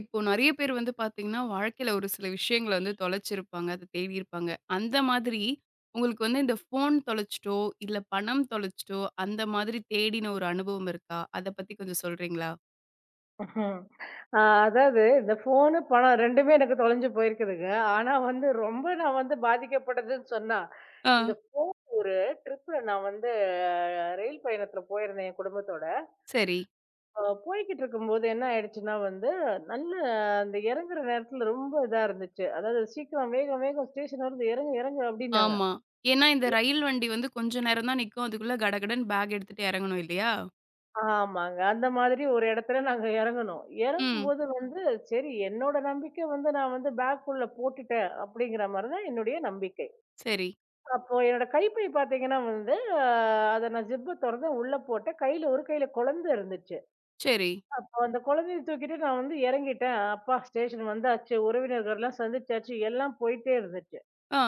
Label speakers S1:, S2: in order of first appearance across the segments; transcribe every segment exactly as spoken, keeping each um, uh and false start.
S1: இப்போ நெறைய பேர் வந்து பார்த்தீங்கன்னா, வாழ்க்கையில ஒரு சில விஷயங்கள வந்து தொலைச்சிருப்பாங்க. அத தேடியிருப்பாங்க. அந்த மாதிரி உங்களுக்கு வந்து இந்த ஃபோன் தொலைச்சுட்டோ, இல்ல பணம் தொலைச்சுட்டோ, அந்த மாதிரி தேடின ஒரு அனுபவம் இருக்கா? அத பத்தி கொஞ்சம் சொல்றீங்களா?
S2: ஆ. அதாவது இந்த ஃபோனு, பணம் ரெண்டுமே எனக்கு தொலைஞ்சு போயிருக்குதுங்க. ஆனா வந்து ரொம்ப நான் வந்து பாதிக்கப்பட்டதுன்னு சொன்னா,
S1: ஆ,
S2: இந்த phone- ஒரு ட்ரிப்ல நான் வந்து அஹ், ரயில் பயணத்துல போயிருந்தேன் என் குடும்பத்தோட.
S1: சரி.
S2: அ போய்க்கிட்டு இருக்கும்போது என்ன ஆயிடுச்சுன்னா வந்து, நல்ல அந்த இறங்குற நேரத்துல ரொம்ப இதா இருந்துச்சு. அதாவது சீக்கிரம் வேகம் வேகம் ஸ்டேஷன் வருது இறங்கு இறங்கு அப்டின்னாங்க.
S1: ஆமா. ஏன்னா இந்த ரயில் வண்டி வந்து கொஞ்ச நேரம் தான் நிக்கும். அதுக்குள்ள கடகடன்னு பேக் எடுத்துட்டு இறங்கணும் இல்லையா?
S2: ஆமாங்க. அந்த மாதிரி ஒரு இடத்துல நாங்க இறங்குனோம்.
S1: ம்.
S2: இறங்கும்போது வந்து சரி என்னோட நம்பிக்கை வந்து நான் வந்து பேக்குள்ள போட்டுட்டேன் அப்படிங்கிற மாரி தான் என்னுடைய நம்பிக்கை.
S1: சரி,
S2: அப்போ என்னோட கைப்பை பார்த்தீங்கன்னா வந்து அ அத நான் ஜிப்ப தொறந்து உள்ள போட்டேன். கையில ஒரு கையில குழந்தை இருந்துச்சு.
S1: சரி.
S2: அப்போ அந்த குழந்தைய தூக்கிட்டு நான் வந்து இறங்கிட்டேன். அப்பா, ஸ்டேஷன் வந்தாச்சு. உறவினர்கள்லாம் சந்திச்சாச்சு. எல்லாம் போயிட்டே இருந்துச்சு.
S1: ஆ.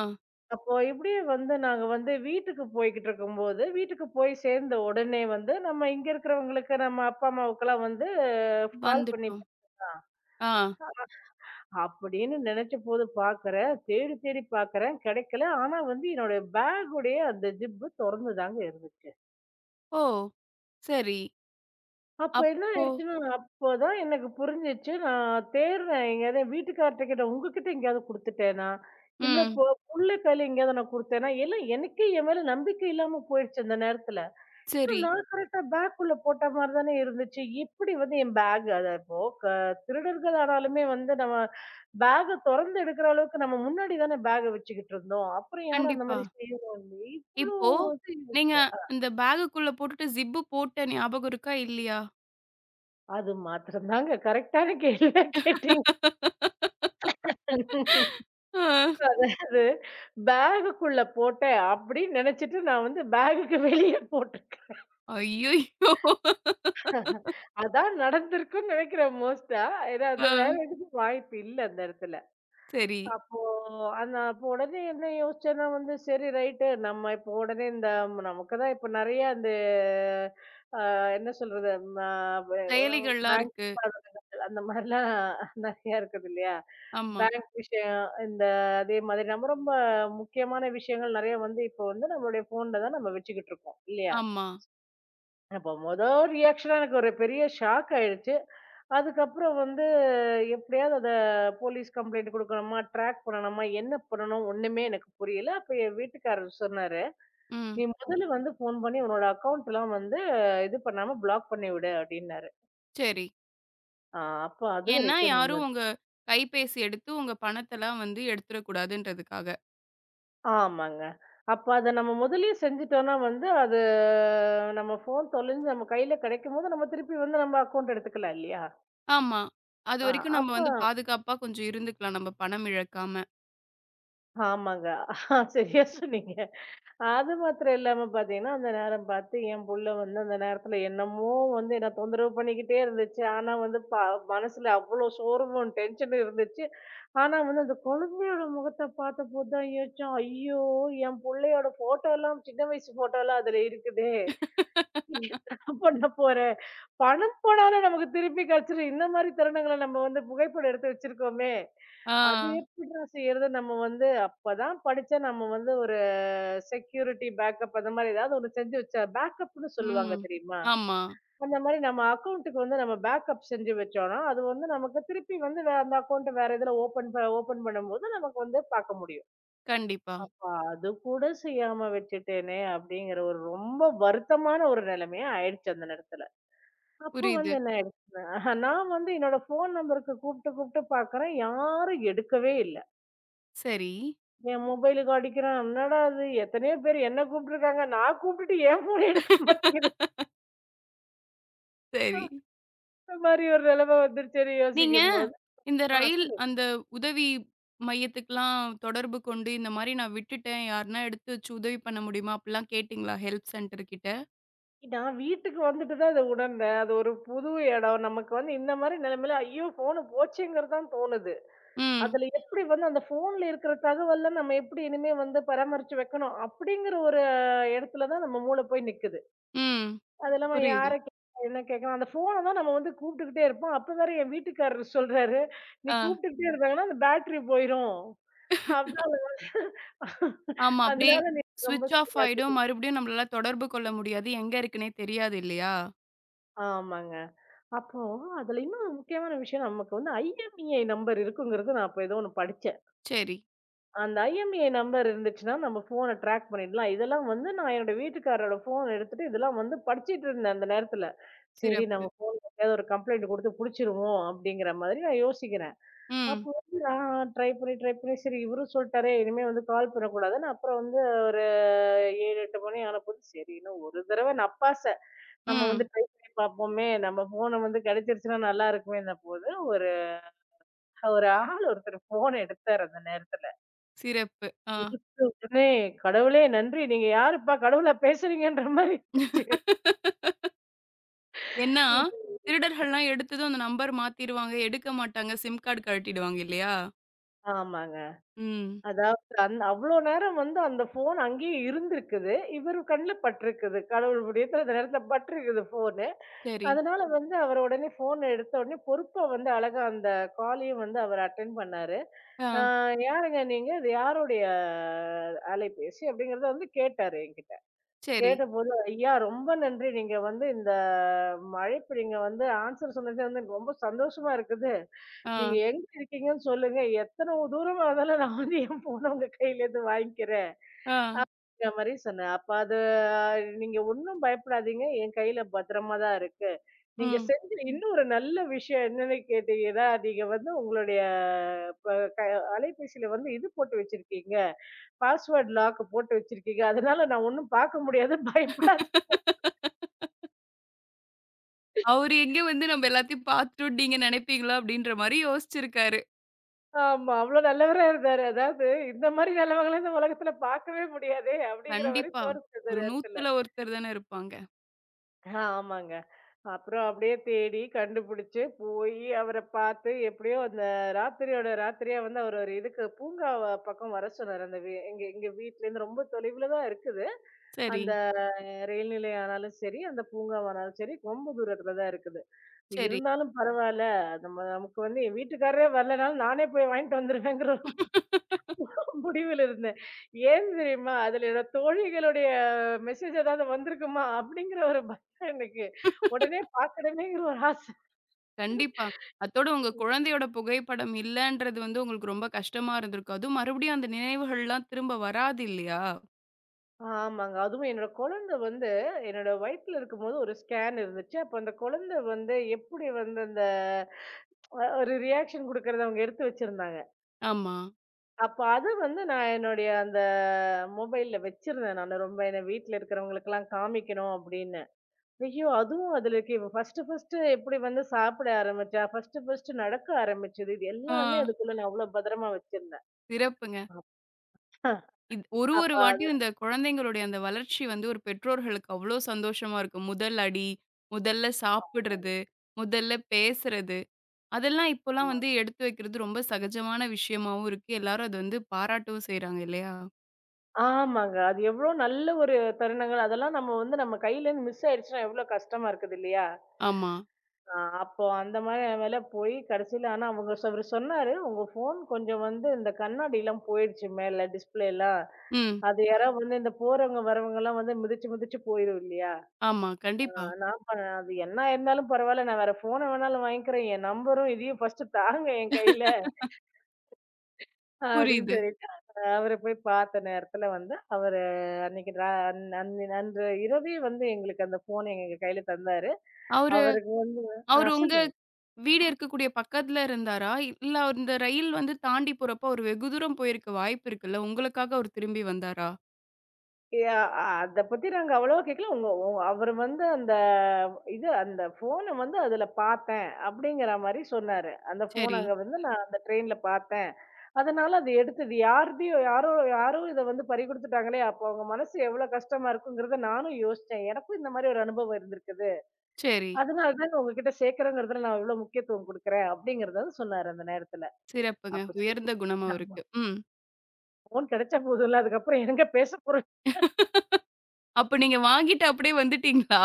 S2: அப்போ இப்படியே வந்து நாங்க வந்து வீட்டுக்கு போய்க்கிட்டு இருக்கும்போது, வீட்டுக்கு போய் சேர்ந்த உடனே வந்து நம்ம இங்க இருக்கிறவங்களுக்கு நம்ம அப்பா, அம்மாவுக்கெல்லாம் வந்து கால் பண்ணி
S1: வந்துட்டோம்.
S2: பேசலாம்
S1: ஆ.
S2: அப்படின்னு நினைச்சபோது பார்க்கிறேன். தேடி தேடி பார்க்கிறேன், கிடைக்கல. ஆனா வந்து என்னோட பேக்குடைய அந்த ஜிப்பு தொறந்து தாங்க இருந்துச்சு.
S1: ஓ! சரி.
S2: அப்ப என்ன
S1: அப்போ
S2: ஆயிடுச்சுன்னா, அப்பதான் எனக்கு புரிஞ்சுச்சு. நான் தேடுறேன் எங்கேயாவது. வீட்டுக்கார்ட்ட கேட்டேன், "உங்ககிட்ட எங்கேயாவது குடுத்துட்டேனா? இல்ல
S1: ம்.
S2: போ புள்ள கையில எங்கேயாவது நான் குடுத்தேனா?" எல்லாம் எனக்கே என் மேல நம்பிக்கை இல்லாம போயிடுச்சு அந்த நேரத்துல. ஆனா,
S1: சரி.
S2: நான் கரெக்ட்டா பேக்குள்ள போட்ட மாரி தானே இருந்துச்சு. எப்படி வந்து என் பேக் அத இப்போ க திருடர்கள் ஆனாலுமே வந்து நம்ம பேக்க தொறந்து எடுக்கிற அளவுக்கு நம்ம முன்னாடி தானே பேக்க வச்சுக்கிட்டு இருந்தோம். அப்புறம் யாரும் அந்த
S1: கண்டிப்பா.
S2: மாரி செய்வாங்க? இவ்ளோ
S1: இப்போ,
S2: இது
S1: நீங்க
S2: யோசிச்சேன்.
S1: இந்த பேகுக்குள்ள போட்டுட்டு ஜிப்பு போட்ட ஞாபகம் இருக்கா? இல்லையா?
S2: அது மாத்திரம் தாங்க கரெக்ட்டான கேள்வியா கேட்டீங்க.
S1: ஆ.
S2: அதாவது பேகுக்குள்ள போட்டேன் அப்படின்னு நெனச்சுட்டு நான் வந்து பேகுக்கு வெளிய போட்டுருக்கேன்.
S1: ஐய்யய்யோ!
S2: அதான் நடந்திருக்கும்னு நெனைக்கிறேன் மோஸ்ட்டா. ஏன்னா
S1: ஆ.
S2: அது வேற எதுக்கும் வாய்ப்பு இல்ல அந்த இடத்துல.
S1: சரி.
S2: அப்போ அந்த அப்போ உடனே என்ன யோசிச்சேன்னா வந்து, சரி ரைட்டு. நம்ம இப்போ உடனே இந்த நமக்கு தான் இப்போ நெறைய அந்த அ என்ன சொல்றது? ம வே
S1: செயலிகள்லாம்
S2: பேங்க்
S1: இருக்கு.
S2: நிறுவனங்கள் அந்த மாதிரிலாம் நெறையா இருக்குது இல்லையா?
S1: ஆமா,
S2: பேங்க் விஷயம், இந்த அதே மாதிரி நம்ம ரொம்ப முக்கியமான விஷயங்கள் நெறைய வந்து இப்போ வந்து நம்மளுடைய ஃபோன்ல தான் நம்ம வச்சுக்கிட்டு இருக்கோம். இல்லையா?
S1: ஆமா.
S2: அப்ப மொதல் ரியாக்ஷனா எனக்கு ஒரு பெரிய ஷாக் ஆயிடுச்சு. அதுக்கப்புறம் வந்து எப்படியாவது அத போலீஸ் கம்ப்ளைண்ட் குடுக்கணுமா, ட்ராக் பண்ணணுமா, என்ன பண்ணணும் ஒண்ணுமே எனக்கு புரியல. அப்ப என் வீட்டுக்காரர் சொன்னாரு, "நீ
S1: ம்.
S2: முதல்ல வந்து ஃபோன் பண்ணி உன்னோட அக்கவுண்ட்லாம் வந்து இது பண்ணாம பிளாக் பண்ணி விடு" அப்படின்னாரு.
S1: சரி.
S2: ஆ அப்ப
S1: ஏன்னா,
S2: அதுவரைக்கும்
S1: யாரும்
S2: நிம்மதி.
S1: உங்க கைபேசி எடுத்து உங்க பணத்தலாம் வந்து எடுத்துறக்கூடாதுன்றதுக்காக.
S2: ஆமாங்க. அப்ப அத நம்ம முதல்லயே செஞ்சுட்டோம்னா வந்து அது நம்ம ஃபோன் தொலைஞ்சு நம்ம கையில கிடைக்கும்போது, நம்ம திருப்பி வந்து நம்ம அக்கவுண்ட் எடுத்துக்கலாம் இல்லையா?
S1: ஆமா.
S2: ஆ
S1: அதுவரைக்கும் நம்ம
S2: அப்ப
S1: வந்து பாதுகாப்பா கொஞ்சம் இருந்துக்கலாம். நம்ம பணம் இழக்காம.
S2: ஆமாங்க. ஆஹா, சரியா சொன்னீங்க. அது மாத்திரம் இல்லாம பார்த்தீங்கன்னா, அந்த நேரம் பார்த்து என் புள்ள வந்து அந்த நேரத்துல என்னமோ வந்து என்ன தொந்தரவு பண்ணிக்கிட்டே இருந்துச்சு. ஆனா வந்து ப மனசுல அவ்ளோ சோர்வும், டென்ஷனும் இருந்துச்சு. ஆனா வந்து அந்த குழந்தையோட முகத்த பார்த்தபோது தான் யோசிச்சேன், ஐயோ! என் புள்ளையோட ஃபோட்டோலாம் சின்ன வயசு ஃபோட்டோலாம் அதுல இருக்குதே! அப்ப நம்ம ஒரு பணம் போனாலும் நமக்கு திருப்பி கிடைச்சிரும். இந்த மாரி தருணங்கள நம்ம வந்து புகைப்படம் எடுத்து வச்சிருக்கோமே!
S1: ஆ.
S2: அது எப்படிடா செய்றது? நம்ம வந்து அப்பதான் படிச்சா நம்ம வந்து ஒரு செக்யூரிட்டி பேக்கப், அந்த மாரி ஏதாவது ஒண்ணு செஞ்சு வச்சா பேக்கப்ன்னு சொல்லுவாங்க,
S1: ம்.
S2: தெரியுமா?
S1: ஆமா.
S2: அந்த மாரி நம்ம அக்கவுண்ட்டுக்கு வந்து நம்ம பேக்கப் செஞ்சு வச்சோம்னா, அது வந்து நமக்கு திருப்பி வந்து வேற அந்த அக்கவுண்ட் வேற இதுல ஓப்பன் ப ஓப்பன் பண்ணும்போது நமக்கு வந்து பார்க்க முடியும்.
S1: கண்டிப்பா.
S2: அப்ப அது கூட செய்யாம வச்சுட்டேனே! அப்படிங்கிற ஒரு ரொம்ப வருத்தமான ஒரு நிலைமையா ஆயிடுச்சு அந்த நேரத்துல. அப்போ
S1: புரியுது.
S2: வந்து என்ன ஆயிடுச்சுன்னா, ஆஹா, நான் வந்து என்னோட ஃபோன் நம்பருக்கு கூப்பிட்டு கூப்பிட்டு பார்க்குறேன். யாரும் எடுக்கவே இல்ல.
S1: சரி.
S2: என் மொபைலுக்கு அடிக்கிறேன். என்னடா இது, எத்தனையோ பேர் என்ன கூப்பிட்டுருக்காங்க. நான் கூப்பிட்டுட்டு என் ஃபோன் எடுக்க மாட்டேங்குது.
S1: சரி.
S2: இந்த மாதிரி ஒரு நிலைமை வந்துருச்சேன்னு
S1: நீங்க
S2: யோசிக்கும்போது,
S1: இந்த
S2: ஆ
S1: ரயில்
S2: சொல்லு.
S1: அந்த உதவி மையத்துக்குலாம் தொடர்பு கொண்டு, இந்த மாரி நான் விட்டுட்டேன். யாருன்னா எடுத்து வச்சு உதவி பண்ண முடியுமா? அப்படிலாம் கேட்டீங்களா? ஹெல்ப் சென்டர் கிட்ட?
S2: நான் வீட்டுக்கு வந்துட்டு தான் இத உணர்ந்தேன். அது ஒரு புது இடம். நமக்கு வந்து இந்த மாதிரி நிலைமையில, ஐயோ! ஃபோனு போச்சேங்கிறது தான் தோணுது.
S1: ம்.
S2: அதுல எப்படி வந்து அந்த ஃபோன்ல இருக்கிற தகவல்ல நம்ம எப்படி இனிமே வந்து பராமரிச்சு வைக்கணும்? அப்படிங்கிற ஒரு இடத்துல தான் நம்ம மூளை போய் நிக்குது.
S1: ம்.
S2: அது இல்லாம யார
S1: புரியுது.
S2: கேட்க என்ன கேட்கணும். அந்த ஃபோன தான் நம்ம வந்து கூப்பிட்டுக்கிட்டே இருப்போம். அப்ப வேற என் வீட்டுக்காரரு சொல்றாரு, "நீ
S1: ஆ.
S2: கூப்பிட்டுக்கிட்டே இருந்தாங்கன்னா, அந்த பேட்டரி போயிரும். அதனால
S1: ஆமா. அப்படியே
S2: அதனால நீ ரொம்ப
S1: ஸ்விட்ச் ஆஃப்
S2: செய்யாதன்னு."
S1: ஆயிடும். மறுபடியும் நம்மளால தொடர்பு கொள்ள முடியாது. எங்க இருக்குன்னே தெரியாது இல்லையா?
S2: ஆமாங்க. அப்போ அதுல இன்னும் முக்கியமான விஷயம் நமக்கு வந்து ஐஎம்இஐ நம்பர் இருக்குங்கிறது நான் அப்ப ஏதோ ஒண்ணு படிச்சேன்.
S1: சரி.
S2: அந்த ஐஎம்இஐ நம்பர் இருந்துச்சுன்னா, நம்ம ஃபோன ட்ராக் பண்ணிடலாம். இதெல்லாம் வந்து நான் என்னோட வீட்டுக்காரரோட ஃபோன் எடுத்துட்டு இதெல்லாம் வந்து படிச்சுட்டு இருந்தேன் அந்த நேரத்துல. சரி நம்ம
S1: சிறப்பு.
S2: ஃபோன்ல ஏதாவது ஒரு கம்ப்ளைண்ட் குடுத்து புடிச்சிருவோம், அப்படிங்கிற மாதிரி நான் யோசிக்கிறேன்.
S1: ம்.
S2: அப்போ வந்து நான் ட்ரை பண்ணி, ட்ரை பண்ணி, சரி இவரும் சொல்ட்டாரே! இனிமே வந்து கால் பண்ணக்கூடாதுன்னு, அப்புறம் வந்து ஒரு ஏழு, எட்டு மணி ஆனபோது, சரி இன்னும் ஒரு தடவ நப்பாச நம்ம வந்து
S1: ம்.
S2: ட்ரை பண்ணி பார்ப்போமே! நம்ம ஃபோன வந்து கிடைச்சிருச்சுன்னா நல்லா இருக்குமேன்னபோது, ஒரு ஒரு ஆள் ஒருத்தர் ஃபோன எடுத்தாரு அந்த நேரத்துல.
S1: சிறப்பு. ஆ.
S2: எடுத்த உடனே, "கடவுளே நன்றி! நீங்க யாருப்பா? கடவுளா பேசுறீங்கன்ற" மாரி இருந்துச்சு.
S1: ஏன்னா,
S2: ம்.
S1: திருடர்கள்லாம் எடுத்ததும் அந்த நம்பர் மாத்திருவாங்க. எடுக்க மாட்டாங்க. சிம் கார்டு கழட்டிடுவாங்க இல்லையா?
S2: ஆமாங்க.
S1: ம்.
S2: அதாவது அந் அவ்ளோ நேரம் வந்து அந்த ஃபோன் அங்கேயே இருந்திருக்குது. இவரு கண்ல பட்டிருக்குது. கடவுள் புண்ணியத்துல அந்த நேரத்துல பட்டிருக்குது ஃபோனு.
S1: சரி.
S2: அதனால வந்து அவர் உடனே ஃபோன் எடுத்த உடனே பொறுப்பா வந்து அழகா அந்த காலையும் வந்து அவர் அட்டெண்ட் பண்ணாரு.
S1: ஆ.
S2: "ஆ, யாருங்க நீங்க? இது யாருடைய அஹ், அலைபேசி?" அப்படிங்கிறத வந்து கேட்டாரு என்கிட்ட.
S1: சரி.
S2: கேட்டபோது, ஐயா ரொம்ப நன்றி. நீங்க வந்து இந்த ம அழைப்பு நீங்க வந்து ஆன்ஸர் சொன்னது வந்து எனக்கு ரொம்ப சந்தோஷமா இருக்குது.
S1: ஆ.
S2: நீங்க எங்க இருக்கீங்கன்னு சொல்லுங்க. எத்தன தூரமா இருந்தாலும் நான் வந்து என் ஃபோன உங்க கையிலேருந்து வாங்கிக்கிறேன்."
S1: ஆ.
S2: இந்த மாரி சொன்னேன். அப்ப அது அஹ், நீங்க ஒண்ணும் பயப்படாதீங்க. என் கையில பத்திரமா தான் இருக்கு. நீங்க
S1: ம்.
S2: செஞ்ச இன்னும் ஒரு நல்ல விஷயம் என்னன்னு கேட்டீங்கன்னா, நீங்க வந்து உங்களுடைய ப க அலைபேசியில வந்து இது போட்டு வச்சிருக்கீங்க. பாஸ்வேர்ட் லாக் போட்டு வச்சிருக்கீங்க. அதனால நான் ஒண்ணும் பார்க்க முடியாது. பயப்படாதீங்க.
S1: அவரு எங்க வந்து நம்ம எல்லாத்தையும் பார்த்துட்டோம்ன்னு நீங்க நினைப்பீங்களா? அப்படின்ற மாரி யோசிச்சிருக்காரு.
S2: ஆமா. அவ்ளோ நல்லவரா இருந்தாரு. அதாவது இந்த மாரி நல்லவங்கள இந்த உலகத்துல பார்க்கவே முடியாதே! அப்படிங்கிற மாரி
S1: கண்டிப்பா.
S2: தோணுச்சு அந்த
S1: ஒரு
S2: நேரத்துல.
S1: நூறுல ஒருத்தர் தானே இருப்பாங்க.
S2: ஆஹ் ஆமாங்க. அப்புறம் அப்படியே தேடி கண்டுபிடிச்சு போயி அவர பார்த்து எப்படியோ அந்த ராத்திரியோட ராத்திரியா வந்து அவர் ஒரு இதுக்கு பூங்கா பக்கம் வர சொன்னாரு. அந்த வி எங்க எங்க வீட்லருந்து ரொம்ப தொலைவுல தான் இருக்குது.
S1: சரி,
S2: அந்த ரயில் நிலையம் ஆனாலும் சரி, அந்த பூங்காவானாலும் சரி, ரொம்ப தூரத்துல தான் இருக்குது.
S1: சரி.
S2: இருந்தாலும் பரவால்ல. நம்ம நமக்கு வந்து என் வீட்டுக்காரரே வரலனாலும் நானே போய் வாங்கிட்டு வந்துருவேங்கிற முடிவுல இருந்தேன். ஏன் தெரியுமா? அதுல என்னோட தோழிகளுடைய மெசேஜ் ஏதாவது வந்திருக்குமா? அப்படிங்கிற ஒரு பயம் எனக்கு. உடனே பார்க்கணுமேங்கிற ஒரு ஆசை.
S1: கண்டிப்பா. அத்தோட உங்க குழந்தையோட புகைப்படம் இல்லன்றது வந்து உங்களுக்கு ரொம்ப கஷ்டமா இருந்திருக்கும். அதுவும் மறுபடியும் அந்த நினைவுகள்லாம் திரும்ப வராது இல்லையா?
S2: ஆமாங்க. அதுவும் என்னோட குழந்தை வந்து என்னோட வயித்துல இருக்கும்போது ஒரு ஸ்கேன் இருந்துச்சு. அப்ப அந்த குழந்தை வந்து எப்படி வந்து அந்த அ ஒரு ரியாக்ஷன் குடுக்கறத அவங்க எடுத்து வச்சிருந்தாங்க.
S1: ஆமா.
S2: அப்ப அத வந்து நான் என்னுடைய அந்த மொபைல்ல வச்சிருந்தேன். நானு ரொம்ப என்ன வீட்ல இருக்கிறவங்களுக்கெல்லாம் காமிக்கணும் அப்படின்னு. ஐயோ! அதுவும் அதுல இருக்கு. இவ ஃபர்ஸ்ட்டு, ஃபர்ஸ்ட்டு எப்படி வந்து சாப்பிட ஆரம்பிச்சா, ஃபர்ஸ்ட்டு, ஃபர்ஸ்ட்டு நடக்க ஆரம்பிச்சது. இது
S1: ஆ.
S2: எல்லாமே அதுக்குள்ள நான் அவ்ளோ பத்திரமா வச்சிருந்தேன்.
S1: சிறப்புங்க.
S2: அப்பா!
S1: இத் ஒரு
S2: அப்ப
S1: ஒரு
S2: அது
S1: வாட்டியும் இந்த குழந்தைங்களுடைய அந்த வளர்ச்சி வந்து ஒரு பெற்றோர்களுக்கு அவ்ளோ சந்தோஷமா இருக்கும். முதல் அடி, முதல்ல
S2: ஆமா,
S1: சாப்பிடுறது, முதல்ல பேசுறது, அதெல்லாம் இப்போலாம்
S2: ஆமா.
S1: வந்து எடுத்து வைக்கிறது ரொம்ப சகஜமான விஷயமாவும் இருக்கு. எல்லாரும் அது வந்து பாராட்டவும் செய்றாங்க இல்லையா?
S2: ஆமாங்க. அது எவ்ளோ நல்ல ஒரு தருணங்கள். அதெல்லாம் நம்ம வந்து நம்ம கையிலேருந்து மிஸ் ஆயிடுச்சுன்னா எவ்ளோ கஷ்டமா இருக்குது இல்லையா?
S1: ஆமா.
S2: ஆ அப்போ அந்த மாரி வேல போய் கடைசில ஆனா அவங்க சொ அவரு சொன்னாரு, "உங்க ஃபோன் கொஞ்சம் வந்து இந்த கண்ணாடிலாம் போயிடுச்சு, மேல டிஸ்ப்ளேலாம்.
S1: ம்.
S2: அது யாராவது வந்து இந்த போறவங்க, வரவங்கலாம் வந்து மிதிச்சு, மிதிச்சு போயிரும் இல்லையா?
S1: ஆமா.
S2: ஆ
S1: கண்டிப்பா.
S2: நான் ப அது என்ன இருந்தாலும் பரவால்ல. நான் வேற ஃபோன வேணாலும் வாங்கிக்கிறேன். என் நம்பரும் இதையும் ஃபர்ஸ்ட் தாங்க என் கையில." அப்படின்னு
S1: புரியுது.
S2: சொல்லிட்டு அவர போய் பார்த்த நேரத்துல வந்து அவரு அன்னைக்கு ரா அன் அன்- அன்று இரவே வந்து எங்களுக்கு அந்த ஃபோன எங்க கையில தந்தாரு.
S1: அவரு
S2: அவருக்கு ஆ
S1: அவரு உங்க
S2: சொல்லுங்க.
S1: வீடு இருக்கக்கூடிய பக்கத்துல இருந்தாரா? இல்ல அவர் இந்த ரயில் வந்து தாண்டி போறப்போ, அவர் வெகு தூரம் போயிருக்க வாய்ப்பு இருக்குல்ல. உங்களுக்காக அவர் திரும்பி வந்தாரா?
S2: யா அத பத்தி நாங்க அவ்வளவா கேட்கல. உங்க உ அவரு வந்து அந்த இது அந்த ஃபோன வந்து அதுல பார்த்தேன் அப்படிங்கிற மாரி சொன்னாரு. அந்த ஃபோன்
S1: சரி,
S2: அங்க வந்து நான் அந்த ட்ரெயின்ல பார்த்தேன். அதனால அது எடுத்தது யார்தையோ யாரோ யாரோ இத வந்து பறிகொடுத்துட்டாங்களே! அப்போ அவங்க மனசு எவ்வளோ கஷ்டமா இருக்குங்கிறத நானும் யோசிச்சேன். எனக்கும் இந்த மாரி ஒரு அனுபவம் இருந்திருக்குது.
S1: சரி.
S2: அதனால தான் நான் உங்ககிட்ட சேர்க்கிறேங்கிறதுல நான் இவ்வளோ முக்கியத்துவம் குடுக்குறேன் அப்படிங்கிறத சொன்னாரு அந்த நேரத்துல.
S1: சிறப்புங்க.
S2: அப்ப சரி,
S1: உயர்ந்த குணம்
S2: ஆமா.
S1: அவருக்கு. ம்.
S2: ஃபோன் கிடைச்சா போதும்ல. அதுக்கப்புறம் எங்க பேச போறோம்?
S1: அப்ப நீங்க வாங்கிட்டு அப்படியே வந்துட்டீங்களா?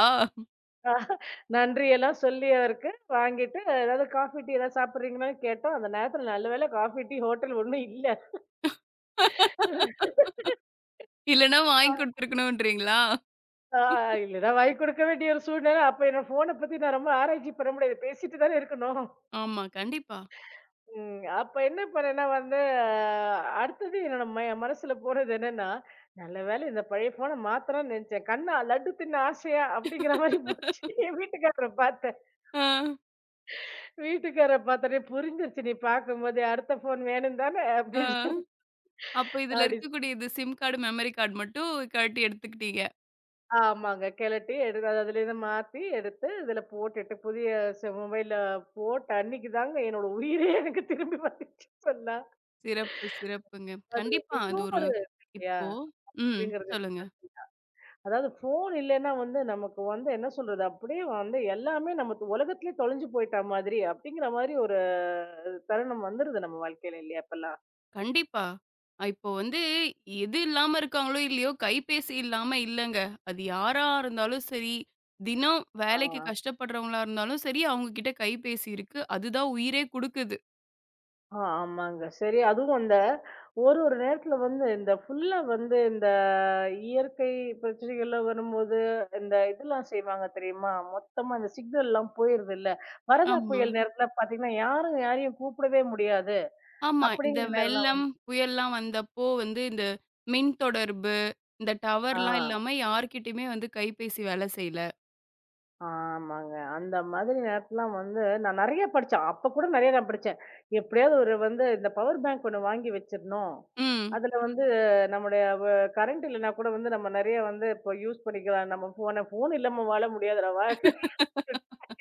S2: அஹ் நன்றி எல்லாம் சொல்லி அவருக்கு வாங்கிட்டு, ஏதாவது காஃபி, டீ ஏதாவது சாப்பிடுறீங்களான்னு கேட்டோம். அந்த நேரத்துல நல்ல வேளை காஃபி, டீ ஹோட்டல் ஒண்ணும் இல்ல.
S1: இல்லன்னா வாங்கி குடுத்துருக்கணுன்றீங்களா?
S2: ஆ இல்லன்னா வாங்கி கொடுக்க வேண்டிய ஒரு சூழ்நிலை. அப்ப என்னோட ஃபோன பத்தி நான் ரொம்ப ஆராய்ச்சி பண்ண முடியாது. பேசிட்டு தானே இருக்கணும்.
S1: ஆமா, கண்டிப்பா.
S2: ம். அப்ப என்ன பண்ணேன்னா வந்து, அஹ், அடுத்தது என்னோட ம மனசுல போனது என்னன்னா, நல்ல வேளை இந்த பழைய ஃபோன மாத்தணும்னு நெனச்சேன். கண்ணா லட்டு தின்ன ஆசையா அப்படிங்கிற மாரி போச்சு. என் வீட்டுக்காரர பார்த்தேன்.
S1: ஆ,
S2: வீட்டுக்காரர பார்த்தோனே புரிஞ்சிருச்சு நீ பார்க்கும்போதே, அடுத்த ஃபோன் வேணும் தானே
S1: ஆ.
S2: அப்படின்னு.
S1: அப்ப இதுல
S2: அப்டி
S1: இருக்கக்கூடிய இது சிம் கார்டு, மெமரி கார்டு மட்டும் கழட்டி எடுத்துக்கிட்டீங்க.
S2: ஆமாங்க. கெளட்டி எடுத்து அது அதுலேருந்து மாத்தி எடுத்து, இதில போட்டுட்டு புதிய ச மொபைல்ல போட்ட அன்னைக்கு தாங்க என்னோட உயிரே எனக்கு திரும்பி வந்துச்சு சொன்னா.
S1: சிறப்பு, சிறப்புங்க.
S2: அது
S1: கண்டிப்பா. அது
S2: மிகவும்
S1: ஒரு
S2: ஒரு இல்லையா?
S1: இப்போ ம்.
S2: அப்படிங்கிறது.
S1: சொல்லுங்க.
S2: அதாவது ஃபோன் இல்லைன்னா வந்து நமக்கு வந்து என்ன சொல்றது? அப்படியே வந்து எல்லாமே நம்ம து- உலகத்திலே தொலைஞ்சு போயிட்டா மாதிரி, அப்படிங்கிற மாரி ஒரு தருணம் வந்துருது நம்ம வாழ்க்கையில இல்லையா இப்பல்லாம்?
S1: கண்டிப்பா. அ இப்போ வந்து எது இல்லாம இருக்காங்களோ இல்லையோ, கைபேசி இல்லாம இல்லங்க. அது யாரா இருந்தாலும் சரி, தினம்
S2: ஆ.
S1: வேலைக்கு கஷ்டப்படுறவங்களா இருந்தாலும் சரி, அவங்க கிட்ட கைபேசி இருக்கு. அதுதான் உயிரே குடுக்குது.
S2: ஆ ஆமாங்க. சரி அதுவும் அந்த ஒரு ஒரு நேரத்தில வந்து இந்த ஃபுல்லா வந்து இந்த இயற்கை பிரச்சனைகள்லாம் வரும்போது, இந்த இதெல்லாம் செய்வாங்க தெரியுமா? மொத்தமா இந்த சிக்னல்லாம் போயிருதுல்ல. வரதா
S1: ஆமா.
S2: புயல் நேரத்துல பார்த்தீங்கன்னா, யாரும் யாரையும் கூப்பிடவே முடியாது.
S1: ஆமா. இந்த
S2: அப்படிங்கிற நேரம்லாம் வ
S1: வெள்ளம், புயல்லாம் வந்தப்போ வந்து இந்த மின் தொடர்பு, இந்த
S2: ஆ.
S1: டவர்லாம் இல்லாம யார்கிட்டயுமே வந்து கைபேசி வேல செய்யல.
S2: ஆமாங்க. அந்த மாதிரி நேரத்துலலாம் வந்து நான் நெறைய படிச்சேன். அப்ப கூட நெறைய நான் படிச்சேன். எப்படியாவது ஒரு வந்து இந்த பவர் பேங்க் ஒண்ணு வாங்கி வச்சிரணும்.
S1: ம்.
S2: அதுல வந்து நம்முடைய வ கரண்ட் இல்லன்னா கூட வந்து நம்ம நெறைய வந்து இப்போ யூஸ் பண்ணிக்கலாம். நம்ம ஃபோன ஃபோன் இல்லாம வாழ முடியாதுடா வாழ்க்க.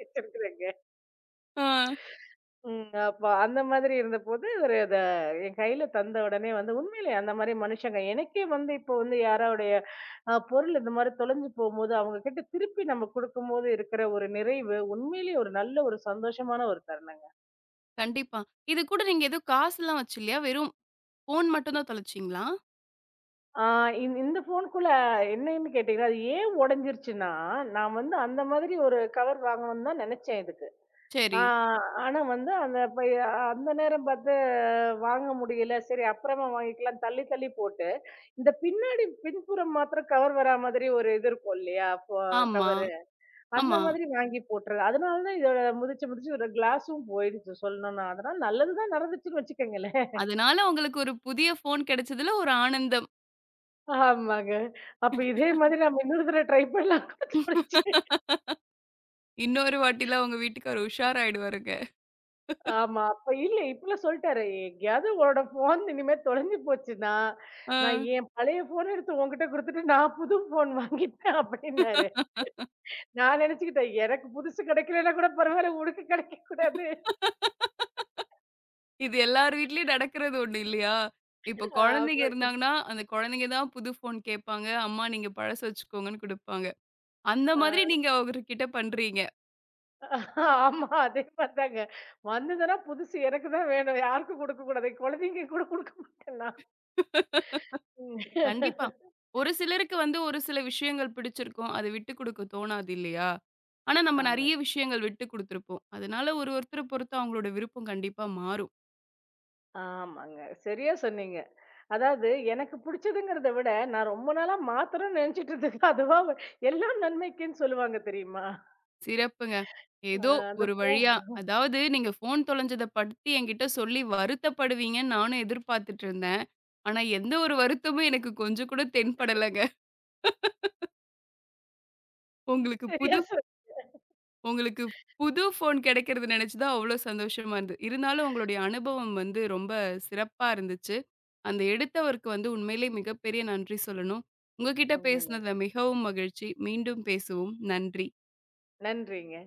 S2: வச்சிருக்கிறேங்க.
S1: ஆ.
S2: ம். அப்ப அந்த மாதிரி இருந்தபோது, ஒரு அத என் கையில தந்த உடனே வந்து உண்மையிலே அந்த மாரி மனுஷங்க எனக்கே வந்து இப்போ வந்து யாராவுடைய அ பொருள் இந்த மாரி தொலைஞ்சு போம்போது, அவங்க கிட்ட திருப்பி நம்ம குடுக்கும்போது இருக்கிற ஒரு நிறைவு, உண்மையிலேயே ஒரு நல்ல ஒரு சந்தோஷமான ஒரு தருணங்க.
S1: கண்டிப்பா. இது கூட நீங்க எதுவும் காசுலாம் வச்சுலயா? வெறும் ஃபோன் மட்டும் தான் தொலைச்சீங்களா?
S2: ஆ இந் இந்த ஃபோனுக்குள்ள என்னன்னு கேட்டீங்கன்னா, அது ஏன் உடைஞ்சிருச்சுன்னா, நான் வந்து அந்த மாதிரி ஒரு கவர் வாங்கணும்னு தான் நெனச்சேன் இதுக்கு. ஆ,
S1: சரி.
S2: ஆனா வந்து அந்த இப்ப அந்த நேரம் பார்த்து வாங்க முடியல. சரி அப்புறமா வாங்கிக்கலாம் தள்ளி தள்ளி போட்டு, இந்த பின்னாடி பின்புறம் மாத்திரம் கவர் வரா மாதிரி ஒரு இது இருக்கும் இல்லையா? ஃபோ
S1: ஆமா.
S2: கவரு. அந்த
S1: ஆமா.
S2: மாதிரி வாங்கி போட்டுறது. அதனால தான் இதோட முதிச்சு முதிச்சு ஒரு கிளாஸும் போயிடுச்சு சொல்லணும்னா. அதனால நல்லது தான் நடந்துச்சுன்னு வச்சுக்கோங்களேன்.
S1: அதனால உங்களுக்கு ஒரு புதிய ஃபோன் கிடைச்சதுல ஒரு ஆனந்தம்.
S2: ஆமாங்க. அப்ப இதே மாதிரி நம்ம இன்னொரு தடவ ட்ரை பண்ணலாம்.
S1: இன்னொரு வாட்டிலாம் உங்க வீட்டுக்காரர் உஷாராயிடுவாருங்க.
S2: ஆமா. அப்ப இல்ல இப்பலாம் சொல்ட்டாரு, "எங்கேயாவது உன்னோட ஃபோன் இனிமே தொலைஞ்சு போச்சுன்னா,
S1: ஆ.
S2: நான் என் பழைய ஃபோன எடுத்து உன்கிட்ட குடுத்துட்டு, நான் புது ஃபோன் வாங்கிட்டேன்" அப்டின்னாரு. நான் நெனச்சுக்கிட்டேன், எனக்கு புதுசு கெடைக்கலன்னா கூட பரவால்ல, உனக்கு கெடைக்கக்கூடாது.
S1: இது எல்லார் வீட்லயும் நடக்கிறது ஒண்ணு இல்லையா? இப்போ குழந்தைங்க
S2: ஆமா.
S1: இருந்தாங்கன்னா, அந்த குழந்தைங்க தான் புது ஃபோன் கேட்பாங்க. அம்மா நீங்க பழச வச்சுக்கோங்கன்னு குடுப்பாங்க. அந்த
S2: அ
S1: மாதிரி நீங்க அவர்கிட்ட பண்றீங்க.
S2: ஆமா. அதே மாரி தாங்க. வந்ததுன்னா புதுசு எனக்கு தான் வேணும். யாருக்கும் குடுக்கக்கூடாது. குழந்தைங்க கூட குடுக்க மாட்டேன் நான். ம்.
S1: கண்டிப்பா. ஒரு சிலருக்கு வந்து ஒரு சில விஷயங்கள் பிடிச்சிருக்கும். அது விட்டு குடுக்க தோணாது இல்லையா? ஆனா நம்ம
S2: ஆமா.
S1: நெறைய விஷயங்கள் விட்டு குடுத்துருப்போம். அதனால ஒரு ஒருத்தர பொறுத்து அவங்களோட விருப்பம் கண்டிப்பா மாறும்.
S2: ஆமாங்க. சரியா சொன்னீங்க. அதாவது எனக்கு புடிச்சதுங்கிறத விட, நான் ரொம்ப நாளா மாத்தணும்னு நெனச்சுட்டு இருந்தது அதுவா வ- எல்லாம் நன்மைக்குன்னு சொல்லுவாங்க, தெரியுமா?
S1: சிறப்புங்க.
S2: அ
S1: ஏதோ
S2: அந்த
S1: ஒரு
S2: பூ
S1: வழியா அதாவது நீங்க ஃபோன் தொலைஞ்சத பத்தி என்கிட்ட சொல்லி வருத்தப்படுவீங்கன்னு நானும் எதிர்பார்த்துட்டு இருந்தேன். ஆனா எந்த ஒரு வருத்தமும் எனக்கு கொஞ்சம் கூட தென்படலங்க. உங்களுக்கு
S2: சரியா
S1: புது
S2: சொன்
S1: உங்களுக்கு புது ஃபோன் கிடைக்கிறத நெனச்சு தான் அவ்ளோ சந்தோஷமா இருந்தது. இருந்தாலும் உங்களுடைய அனுபவம் வந்து ரொம்ப சிறப்பா இருந்துச்சு. அந்த எடுத்தவருக்கு வந்து உண்மையிலேயே மிகப்பெரிய நன்றி சொல்லணும். உங்க கிட்ட
S2: உண்மையிலே.
S1: பேசினதுல மிகவும் மகிழ்ச்சி. மீண்டும் பேசுவோம். நன்றி.
S2: நன்றிங்க.